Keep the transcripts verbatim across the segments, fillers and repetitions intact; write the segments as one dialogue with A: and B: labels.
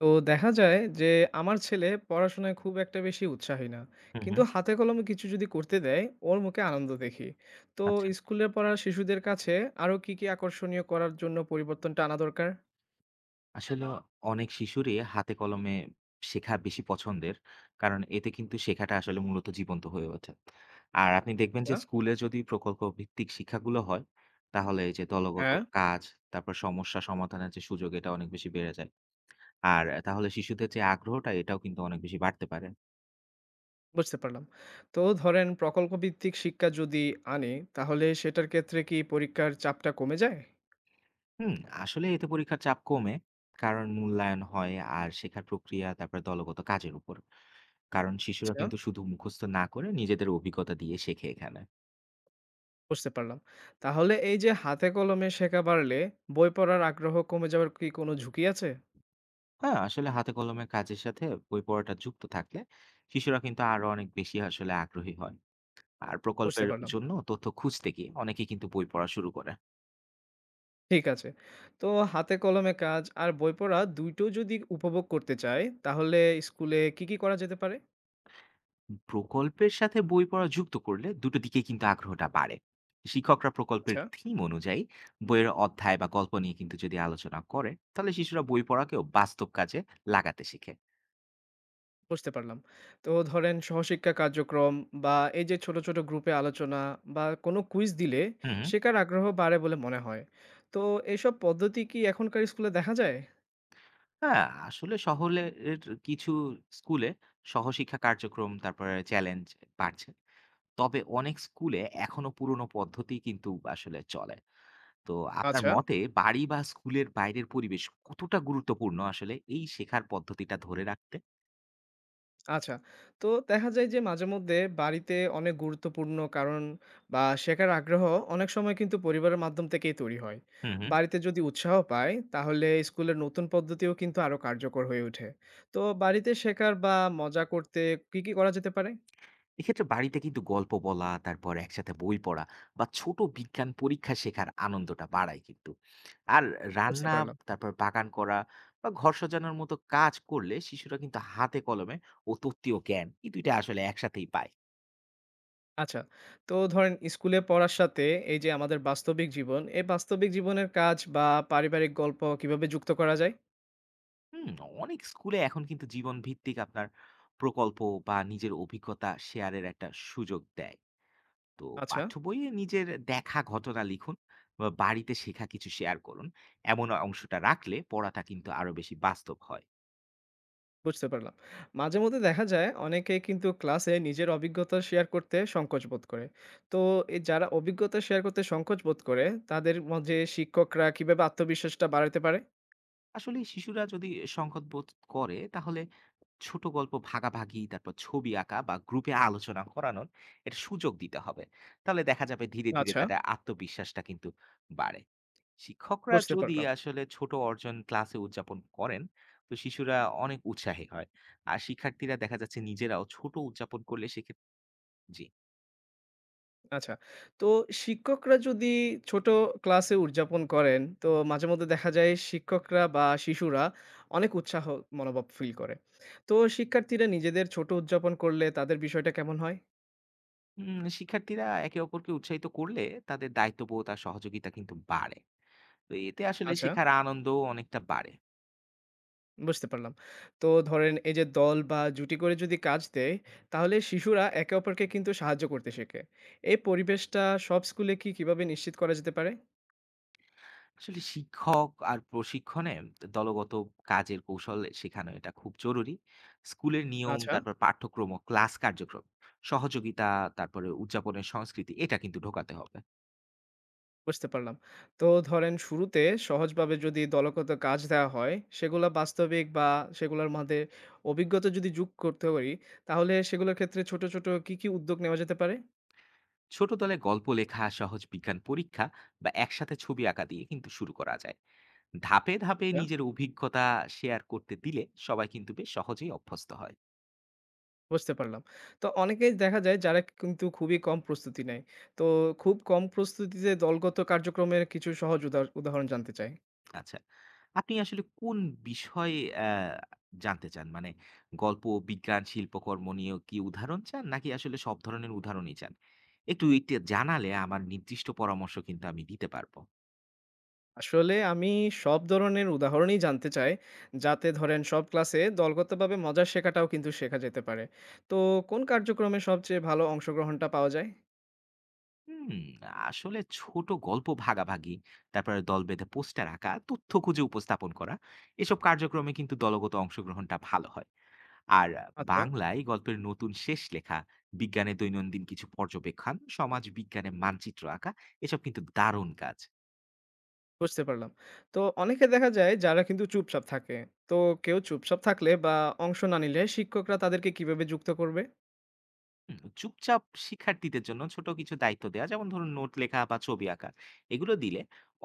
A: তো দেখা যায় যে আমার ছেলে পড়াশোনায় খুব একটা বেশি উৎসাহী না।
B: হুম,
A: কিন্তু
B: হুম।
A: হাতে কলমে কিছু যদি করতে দেয়, ওর মুখে আনন্দ দেখি। তো
B: আচ্ছা।
A: স্কুলে পড়া শিশুদের কাছে আরো কি কি আকর্ষণীয় করার জন্য পরিবর্তনটা আনা দরকার?
B: আসলে অনেক শিশুরই হাতে কলমে শেখা বেশি পছন্দের। কারণ এতে কিন্তু শেখাটা আসলে মূলত জীবন্ত হয়ে ওঠে। আর আপনি দেখবেন যে
A: আচ্ছা।
B: স্কুলে যদি প্রকল্প ভিত্তিক শিক্ষাগুলো হয়, তাহলে এই যে হুম। দলগত
A: হ্যাঁ।
B: কাজ, তারপর সমস্যা সমাধানের যে সুযোগ এটা অনেক বেশি বেড়ে যায়। আর তাহলে শিশুদের যে আগ্রহটা এটাও কিন্তু অনেক বেশি বাড়তে পারে।
A: বুঝতে পারলাম। তো ধরেন প্রকল্প ভিত্তিক শিক্ষা যদি আনি, তাহলে সেটার ক্ষেত্রে কি পরীক্ষার চাপটা কমে যায়?
B: হুম, আসলে এতে পরীক্ষার চাপ কমে। কারণ মূল্যায়ন হয় আর শেখার প্রক্রিয়া তারপরে দলগত কাজের উপর। কারণ শিশুরা
A: আচ্ছা,
B: কিন্তু শুধু মুখস্থ না করে নিজেদের অভিজ্ঞতা দিয়ে শেখে এখানে।
A: বুঝতে পারলাম। তাহলে এই যে হাতে কলমে শেখা বাড়লে বই পড়ার আগ্রহ কমে যাওয়ার কি কোনো ঝুঁকি আছে?
B: হ্যাঁ, আসলে হাতে কলমে কাজের সাথে বই পড়াটা যুক্ত থাকলে শিশুরা কিন্তু আরো অনেক বেশি আসলে আগ্রহী হয়। আর
A: বুঝতে
B: প্রকল্পের
A: পারলাম।
B: জন্য তথ্য খুঁজতে গিয়ে অনেকে কিন্তু বই পড়া শুরু করে।
A: ঠিক আছে। তো হাতে কলমে কাজ আর বই পড়া দুই টো যদি উপভোগ করতে চাই, তাহলে স্কুলে কি, কি করা যেতে পারে?
B: প্রকল্পের সাথে বই পড়া যুক্ত করলে দুটো দিকেই কিন্তু আগ্রহটা বাড়ে। শিক্ষকরা প্রকল্পের
A: আচ্ছা,
B: থিম অনুযায়ী বইয়ের অধ্যায় বা গল্প নিয়ে কিন্তু যদি আলোচনা করে, তাহলে শিশুরা বই পড়াকেও বাস্তব কাজে লাগাতে শিখে।
A: বুঝতে পারলাম। তো ধরেন সহশিক্ষা কার্যক্রম বা এই যে ছোট, ছোট গ্রুপে আলোচনা বা কোনো কুইজ দিলে
B: হুম।
A: শেখার আগ্রহ বাড়ে বলে মনে হয়। তো এসব পদ্ধতি কি এখনকার স্কুলে দেখা যায়?
B: হ্যাঁ, আসলে শহরের কিছু স্কুলে সহশিক্ষা কার্যক্রম তারপরে চ্যালেঞ্জ বাড়ছে। তবে অনেক স্কুলে এখনো পুরনো পদ্ধতি কিন্তু আসলে চলে। তো আপনার
A: আচ্ছা।
B: মতে বাড়ি বা স্কুলের বাইরের পরিবেশ কতটা গুরুত্বপূর্ণ আসলে এই শেখার পদ্ধতিটা ধরে রাখতে?
A: আচ্ছা। তো দেখা যায় যে মাঝেমধ্যে বাড়িতে অনেক গুরুত্বপূর্ণ কারণ বা শেখার আগ্রহ অনেক সময় কিন্তু পরিবারের মাধ্যম থেকেই তৈরি হয়।
B: হু, হু।
A: বাড়িতে যদি উৎসাহ পায় তাহলে স্কুলের নতুন পদ্ধতিও কিন্তু আরো কার্যকর হয়ে ওঠে। তো বাড়িতে শেখার বা মজা করতে কি, কি করা যেতে পারে?
B: এক্ষেত্রে বাড়িতে কিন্তু গল্প বলা তারপর একসাথে বই পড়া বা ছোট বিজ্ঞান পরীক্ষা শেখার আনন্দটা বাড়ায় কিন্তু। আর
A: বুঝতে
B: রান্না
A: পারলাম।
B: তারপর বাগান করা বা ঘর সাজানোর মতো কাজ করলে শিশুরা কিন্তু হাতে কলমে ও তত্ত্বীয় জ্ঞান এই দুইটা আসলে একসাথেই পায়।
A: আচ্ছা। তো ধরেন স্কুলে পড়ার সাথে এই যে আমাদের বাস্তবিক জীবন, এই বাস্তবিক জীবনের কাজ বা পারিবারিক গল্প কিভাবে যুক্ত করা যায়?
B: হুম, অনেক স্কুলে এখন কিন্তু জীবন ভিত্তিক আপনার প্রকল্প বা নিজের অভিজ্ঞতা শেয়ারের একটা সুযোগ দেয়। তো
A: আচ্ছা।
B: পাঠ্য বইয়ে নিজের দেখা ঘটনা লিখুন বা বাড়িতে শেখা কিছু শেয়ার করুন, এমন অংশটা রাখলে পড়াটা কিন্তু আরো বেশি বাস্তব হয়।
A: বুঝতে পারলাম। মাঝেমধ্যে দেখা যায় অনেকে কিন্তু ক্লাসে নিজের অভিজ্ঞতা শেয়ার করতে সংকোচ বোধ করে। তো এ যারা অভিজ্ঞতা শেয়ার করতে সংকোচ বোধ করে তাদের মাঝে শিক্ষকরা কিভাবে আত্মবিশ্বাসটা বাড়াতে পারে?
B: আসলে শিশুরা যদি সংকট বোধ করে, তাহলে ছোট গল্প ভাগাভাগি তারপর ছবি আঁকা বা গ্রুপে আলোচনা করানোর এটা সুযোগ দিতে হবে। তাহলে দেখা যাবে ধীরে ধীরে
A: আচ্ছা,
B: তাদের আত্মবিশ্বাসটা কিন্তু বাড়ে। শিক্ষকরা
A: বুঝতে
B: যদি
A: পারলাম।
B: আসলে ছোট অর্জন ক্লাসে উদযাপন করেন, তো শিশুরা অনেক উৎসাহী হয়। আর শিক্ষার্থীরা দেখা যাচ্ছে নিজেরাও ছোট উদযাপন করলে সেক্ষেত্রে জি।
A: আচ্ছা। তো শিক্ষকরা যদি ছোট ক্লাসে উদযাপন করেন তো মাঝেমধ্যে দেখা যায় শিক্ষকরা বা শিশুরা অনেক উৎসাহ মনোভাব ফিল করে। তো শিক্ষার্থীরা নিজেদের ছোট উদযাপন করলে তাদের বিষয়টা কেমন হয়?
B: উম শিক্ষার্থীরা একে অপরকে উৎসাহিত করলে তাদের দায়িত্ববোধ আর সহযোগিতা কিন্তু বাড়ে। তো এতে আসলে
A: আচ্ছা।
B: শেখার আনন্দও অনেকটা বাড়ে।
A: বুঝতে পারলাম। তো ধরেন এই যে দল বা জুটি করে যদি কাজ দেয়, তাহলে শিশুরা একে অপরকে কিন্তু সাহায্য করতে শেখে। এই পরিবেশটা সব স্কুলে কি কিভাবে নিশ্চিত করা যেতে পারে?
B: আসলে শিক্ষক আর প্রশিক্ষণে দলগত কাজের কৌশল শেখানো এটা খুব জরুরি। স্কুলের নিয়ম,
A: আচ্ছা,
B: তারপর পাঠ্যক্রম ও ক্লাস কার্যক্রম, সহযোগিতা, তারপরে উদযাপনের সংস্কৃতি এটা কিন্তু ঢোকাতে হবে।
A: বুঝতে পারলাম। তো ধরেন শুরুতে সহজভাবে যদি দলগত কাজ দেওয়া হয়, সেগুলা বাস্তবিক বা সেগুলোর মধ্যে অভিজ্ঞতা যদি যোগ করতে পারি, তাহলে সেগুলোর ক্ষেত্রে ছোট, ছোট কি, কি উদ্যোগ নেওয়া যেতে পারে?
B: ছোট দলে গল্প লেখা, সহজ বিজ্ঞান পরীক্ষা বা একসাথে ছবি আঁকা দিয়ে কিন্তু শুরু করা যায়। ধাপে ধাপে নিজের অভিজ্ঞতা শেয়ার করতে দিলে সবাই কিন্তু বেশ সহজেই অভ্যস্ত হয়।
A: বুঝতে পারলাম। তো অনেকেই দেখা যায় যারা কিন্তু খুবই কম প্রস্তুতি নেয়। তো খুব কম প্রস্তুতিতে দলগত কার্যক্রমের কিছু সহজ উদাহ উদাহরণ জানতে চাই।
B: আচ্ছা, আপনি আসলে কোন বিষয়ে আহ, জানতে চান? মানে গল্প, বিজ্ঞান, শিল্পকর্ম নিয়ে কি উদাহরণ চান নাকি আসলে সব ধরনের উদাহরণই চান? একটু এটা জানালে আমার নির্দিষ্ট পরামর্শ কিন্তু আমি দিতে পারবো।
A: আসলে আমি সব ধরনের উদাহরণই জানতে চাই, যাতে ধরেন সব ক্লাসে দলগতভাবে মজা শেখাটাও কিন্তু শেখা যেতে পারে। তো কোন কার্যক্রমে সবচেয়ে ভালো অংশগ্রহণটা পাওয়া যায়?
B: হুম, আসলে ছোট গল্প ভাগাভাগি তারপরে দল বেঁধে পোস্টার আঁকা, তথ্য খুঁজে উপস্থাপন করা, এসব কার্যক্রমে কিন্তু দলগত অংশগ্রহণটা ভালো হয়। আর
A: আচ্ছা,
B: বাংলায় গল্পের নতুন শেষ লেখা, বিজ্ঞানে দৈনন্দিন কিছু পর্যবেক্ষণ, সমাজ বিজ্ঞানে মানচিত্র আঁকা, এসব কিন্তু দারুণ কাজ।
A: বুঝতে পারলাম। তো অনেকে দেখা যায় যারা কিন্তু চুপচাপ থাকে। তো কেউ চুপচাপ থাকলে বা অংশ না নিলে শিক্ষকরা তাদেরকে কিভাবে যুক্ত করবে?
B: হুম, চুপচাপ শিক্ষার্থীদের জন্য ছোট কিছু দায়িত্ব দেওয়া, যেমন ধরুন নোট লেখা বা ছবি আঁকা, এগুলো দিলে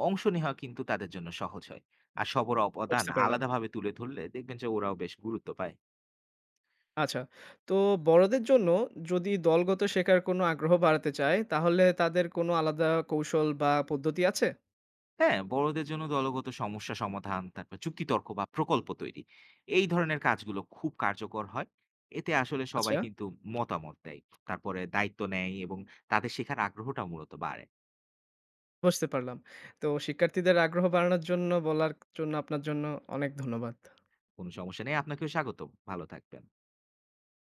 B: অংশ নেওয়া কিন্তু তাদের জন্য সহজ হয়। আর সবার অবদান
A: বুঝতে পারলাম।
B: আলাদাভাবে তুলে ধরলে দেখবেন যে ওরাও বেশ গুরুত্ব পায়।
A: আচ্ছা। তো বড়দের জন্য যদি দলগত শেখার কোনো আগ্রহ বাড়াতে চায়, তাহলে তাদের কোনো আলাদা কৌশল বা পদ্ধতি আছে?
B: হ্যাঁ, বড়দের জন্য দলগত সমস্যা সমাধান, তারপর যুক্তিতর্ক বা প্রকল্প তৈরি, এই ধরনের কাজগুলো খুব কার্যকর হয়। এতে আসলে সবাই
A: আচ্ছা,
B: কিন্তু মতামত দেয়। তারপরে দায়িত্ব নেয় এবং তাদের শেখার আগ্রহটা মূলত বাড়ে।
A: বুঝতে পারলাম। তো শিক্ষার্থীদের আগ্রহ বাড়ানোর জন্য বলার জন্য আপনার জন্য অনেক ধন্যবাদ।
B: কোনো সমস্যা নেই। আপনাকেও স্বাগতম। ভালো থাকবেন।